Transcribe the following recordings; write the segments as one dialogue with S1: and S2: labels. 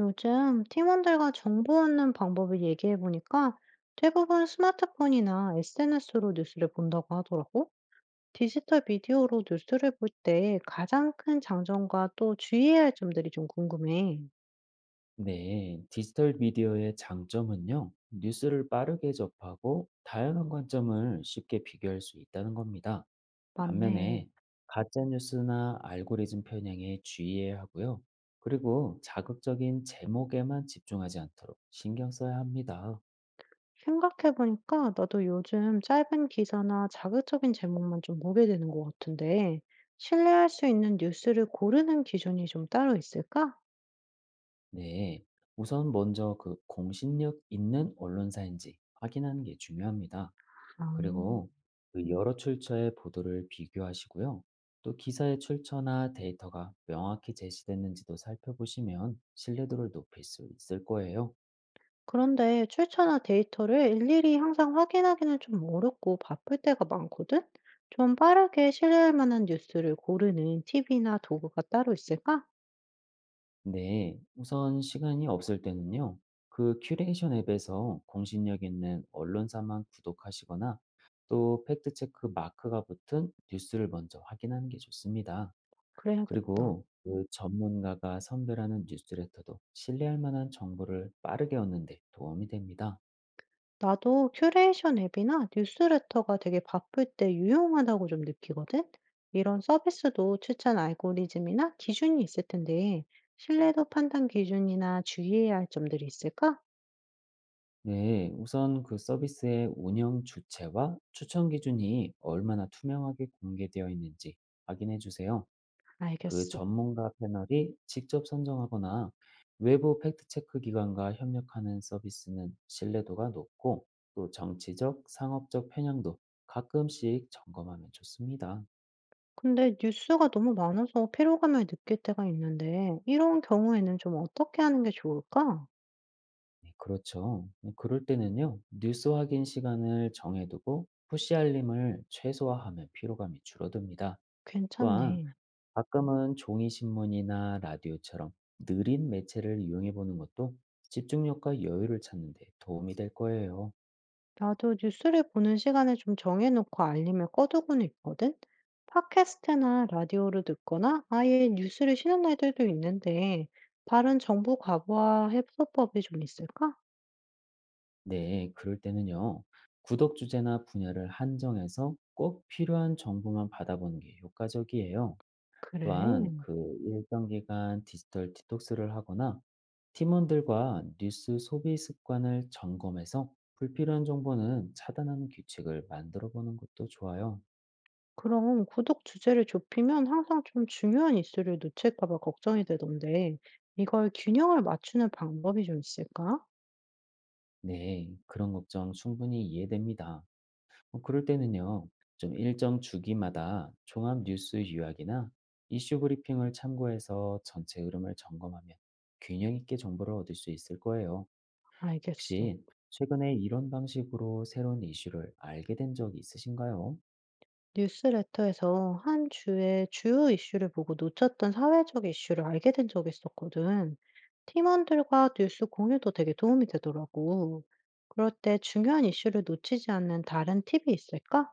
S1: 요즘 팀원들과 정보 얻는 방법을 얘기해 보니까 대부분 스마트폰이나 SNS로 뉴스를 본다고 하더라고. 디지털 미디어로 뉴스를 볼 때 가장 큰 장점과 또 주의해야 할 점들이 좀 궁금해.
S2: 네, 디지털 미디어의 장점은요, 뉴스를 빠르게 접하고 다양한 관점을 쉽게 비교할 수 있다는 겁니다.
S1: 맞네.
S2: 반면에 가짜뉴스나 알고리즘 편향에 주의해야 하고요. 그리고 자극적인 제목에만 집중하지 않도록 신경 써야 합니다.
S1: 생각해 보니까 나도 요즘 짧은 기사나 자극적인 제목만 좀 보게 되는 것 같은데, 신뢰할 수 있는 뉴스를 고르는 기준이 좀 따로 있을까?
S2: 네, 우선 먼저 그 공신력 있는 언론사인지 확인하는 게 중요합니다.
S1: 아.
S2: 그리고 그 여러 출처의 보도를 비교하시고요. 또 기사의 출처나 데이터가 명확히 제시됐는지도 살펴보시면 신뢰도를 높일 수 있을 거예요.
S1: 그런데 출처나 데이터를 일일이 항상 확인하기는 좀 어렵고 바쁠 때가 많거든? 좀 빠르게 신뢰할 만한 뉴스를 고르는 팁이나 도구가 따로 있을까?
S2: 네, 우선 시간이 없을 때는요. 그 큐레이션 앱에서 공신력 있는 언론사만 구독하시거나 또 팩트체크 마크가 붙은 뉴스를 먼저 확인하는 게 좋습니다.
S1: 그래야겠다.
S2: 그리고 그 전문가가 선별하는 뉴스레터도 신뢰할 만한 정보를 빠르게 얻는 데 도움이 됩니다.
S1: 나도 큐레이션 앱이나 뉴스레터가 되게 바쁠 때 유용하다고 좀 느끼거든? 이런 서비스도 추천 알고리즘이나 기준이 있을 텐데, 신뢰도 판단 기준이나 주의해야 할 점들이 있을까?
S2: 네, 우선 그 서비스의 운영 주체와 추천 기준이 얼마나 투명하게 공개되어 있는지 확인해 주세요. 그
S1: 알겠어.
S2: 전문가 패널이 직접 선정하거나 외부 팩트체크 기관과 협력하는 서비스는 신뢰도가 높고 또 정치적, 상업적 편향도 가끔씩 점검하면 좋습니다.
S1: 근데 뉴스가 너무 많아서 피로감을 느낄 때가 있는데, 이런 경우에는 좀 어떻게 하는 게 좋을까?
S2: 네, 그렇죠. 네, 그럴 때는요, 뉴스 확인 시간을 정해두고 푸시 알림을 최소화하면 피로감이 줄어듭니다. 또한
S1: 괜찮네.
S2: 가끔은 종이 신문이나 라디오처럼 느린 매체를 이용해 보는 것도 집중력과 여유를 찾는 데 도움이 될 거예요.
S1: 나도 뉴스를 보는 시간을 좀 정해놓고 알림을 꺼두고는 있거든? 팟캐스트나 라디오를 듣거나 아예 뉴스를 쉬는 날들도 있는데, 다른 정보 과부하 해소법이 좀 있을까?
S2: 네, 그럴 때는요. 구독 주제나 분야를 한정해서 꼭 필요한 정보만 받아보는 게 효과적이에요. 또한
S1: 그래.
S2: 그 일정 기간 디지털 디톡스를 하거나 팀원들과 뉴스 소비 습관을 점검해서 불필요한 정보는 차단하는 규칙을 만들어 보는 것도 좋아요.
S1: 그럼 구독 주제를 좁히면 항상 좀 중요한 이슈를 놓칠까 봐 걱정이 되던데, 이걸 균형을 맞추는 방법이 좀 있을까?
S2: 네, 그런 걱정 충분히 이해됩니다. 그럴 때는요, 좀 일정 주기마다 종합 뉴스 요약이나 이슈 브리핑을 참고해서 전체 흐름을 점검하면 균형 있게 정보를 얻을 수 있을 거예요.
S1: 알겠어.
S2: 혹시 최근에 이런 방식으로 새로운 이슈를 알게 된 적이 있으신가요?
S1: 뉴스레터에서 한 주의 주요 이슈를 보고 놓쳤던 사회적 이슈를 알게 된 적이 있었거든. 팀원들과 뉴스 공유도 되게 도움이 되더라고. 그럴 때 중요한 이슈를 놓치지 않는 다른 팁이 있을까?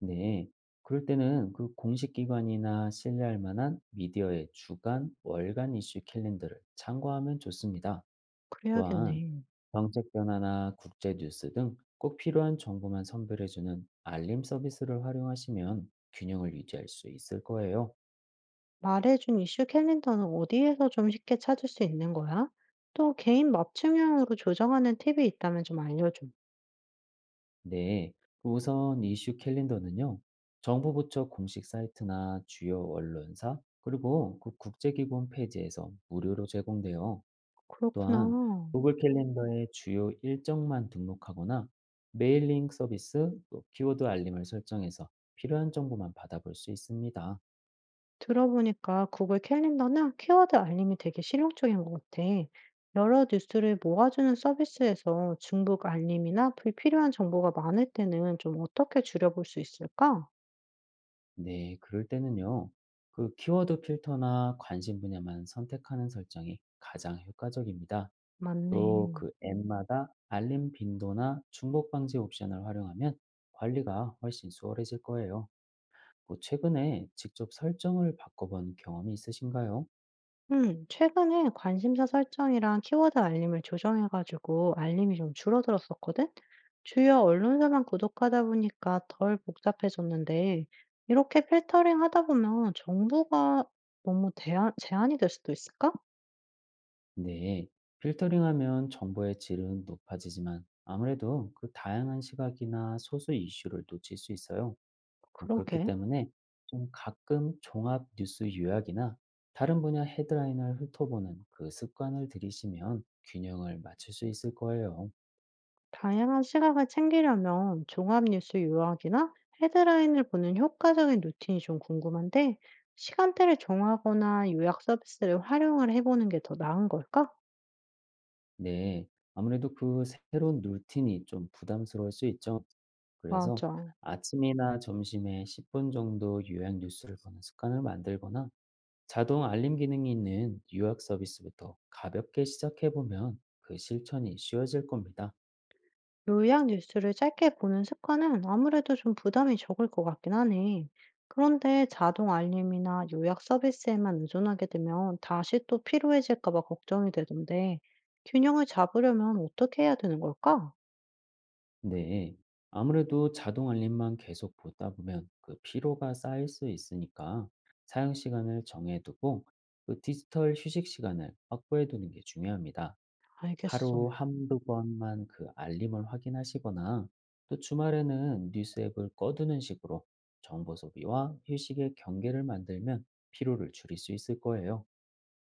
S2: 네. 그럴 때는 그 공식 기관이나 신뢰할 만한 미디어의 주간, 월간 이슈 캘린더를 참고하면 좋습니다. 또한
S1: 그래야겠네.
S2: 정책 변화나 국제 뉴스 등 꼭 필요한 정보만 선별해주는 알림 서비스를 활용하시면 균형을 유지할 수 있을 거예요.
S1: 말해준 이슈 캘린더는 어디에서 좀 쉽게 찾을 수 있는 거야? 또 개인 맞춤형으로 조정하는 팁이 있다면 좀 알려줘.
S2: 네, 우선 이슈 캘린더는요, 정부 부처 공식 사이트나 주요 언론사, 그리고 그 국제기구 페이지에서 무료로 제공돼요.
S1: 그렇구나.
S2: 또한 구글 캘린더의 주요 일정만 등록하거나 메일링 서비스, 또 키워드 알림을 설정해서 필요한 정보만 받아볼 수 있습니다.
S1: 들어보니까 구글 캘린더나 키워드 알림이 되게 실용적인 것 같아. 여러 뉴스를 모아주는 서비스에서 중복 알림이나 불필요한 정보가 많을 때는 좀 어떻게 줄여볼 수 있을까?
S2: 네, 그럴 때는요. 그 키워드 필터나 관심 분야만 선택하는 설정이 가장 효과적입니다. 또
S1: 맞네.
S2: 그 앱마다 알림 빈도나 중복 방지 옵션을 활용하면 관리가 훨씬 수월해질 거예요. 뭐 최근에 직접 설정을 바꿔본 경험이 있으신가요?
S1: 최근에 관심사 설정이랑 키워드 알림을 조정해가지고 알림이 좀 줄어들었었거든? 주요 언론사만 구독하다 보니까 덜 복잡해졌는데, 이렇게 필터링 하다 보면 정보가 너무 제한이 될 수도 있을까?
S2: 네, 필터링하면 정보의 질은 높아지지만 아무래도 그 다양한 시각이나 소수 이슈를 놓칠 수 있어요. 그렇기
S1: 그러게.
S2: 때문에 좀 가끔 종합 뉴스 요약이나 다른 분야 헤드라인을 훑어보는 그 습관을 들이시면 균형을 맞출 수 있을 거예요.
S1: 다양한 시각을 챙기려면 종합뉴스 요약이나 헤드라인을 보는 효과적인 루틴이 좀 궁금한데, 시간대를 정하거나 요약 서비스를 활용을 해보는 게 더 나은 걸까?
S2: 네. 아무래도 그 새로운 루틴이 좀 부담스러울 수 있죠. 그래서
S1: 맞아.
S2: 아침이나 점심에 10분 정도 요약 뉴스를 보는 습관을 만들거나 자동 알림 기능이 있는 요약 서비스부터 가볍게 시작해 보면 그 실천이 쉬워질 겁니다.
S1: 요약 뉴스를 짧게 보는 습관은 아무래도 좀 부담이 적을 것 같긴 하네. 그런데 자동 알림이나 요약 서비스에만 의존하게 되면 다시 또 피로해질까 봐 걱정이 되던데, 균형을 잡으려면 어떻게 해야 되는 걸까?
S2: 네. 아무래도 자동 알림만 계속 보다 보면 그 피로가 쌓일 수 있으니까 사용 시간을 정해두고 그 디지털 휴식 시간을 확보해 두는 게 중요합니다.
S1: 알겠어.
S2: 하루 한두 번만 그 알림을 확인하시거나 또 주말에는 뉴스 앱을 꺼두는 식으로 정보 소비와 휴식의 경계를 만들면 피로를 줄일 수 있을 거예요.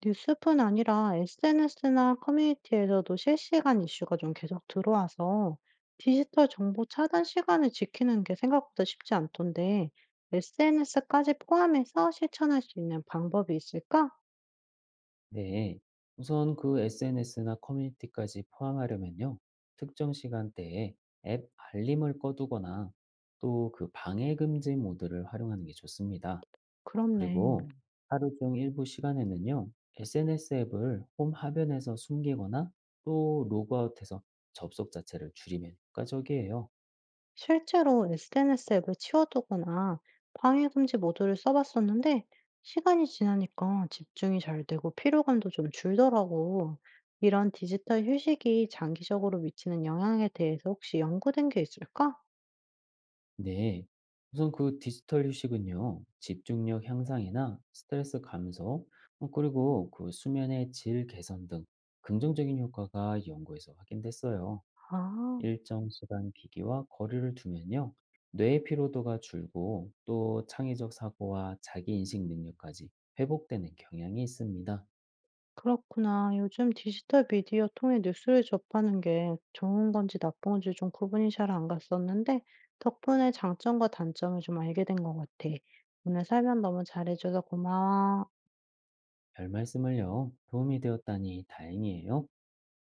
S1: 뉴스뿐 아니라 SNS나 커뮤니티에서도 실시간 이슈가 좀 계속 들어와서 디지털 정보 차단 시간을 지키는 게 생각보다 쉽지 않던데 SNS까지 포함해서 실천할 수 있는 방법이 있을까?
S2: 네, 우선 그 SNS나 커뮤니티까지 포함하려면요, 특정 시간대에 앱 알림을 꺼두거나 또 그 방해 금지 모드를 활용하는 게 좋습니다. 그리고
S1: 그렇네.
S2: 하루 중 일부 시간에는요, SNS 앱을 홈 화면에서 숨기거나 또 로그아웃해서 접속 자체를 줄이면 효과적이에요.
S1: 실제로 SNS 앱을 치워두거나 방해금지 모드를 써봤었는데 시간이 지나니까 집중이 잘 되고 피로감도 좀 줄더라고. 이런 디지털 휴식이 장기적으로 미치는 영향에 대해서 혹시 연구된 게 있을까?
S2: 네. 우선 그 디지털 휴식은요, 집중력 향상이나 스트레스 감소, 그리고 그 수면의 질 개선 등 긍정적인 효과가 연구에서 확인됐어요.
S1: 아,
S2: 일정 시간 기기와 거리를 두면요, 뇌의 피로도가 줄고 또 창의적 사고와 자기 인식 능력까지 회복되는 경향이 있습니다.
S1: 그렇구나. 요즘 디지털 미디어 통해 뉴스를 접하는 게 좋은 건지 나쁜 건지 좀 구분이 잘 안 갔었는데 덕분에 장점과 단점을 좀 알게 된 것 같아. 오늘 설명 너무 잘해줘서 고마워.
S2: 별 말씀을요, 도움이 되었다니 다행이에요.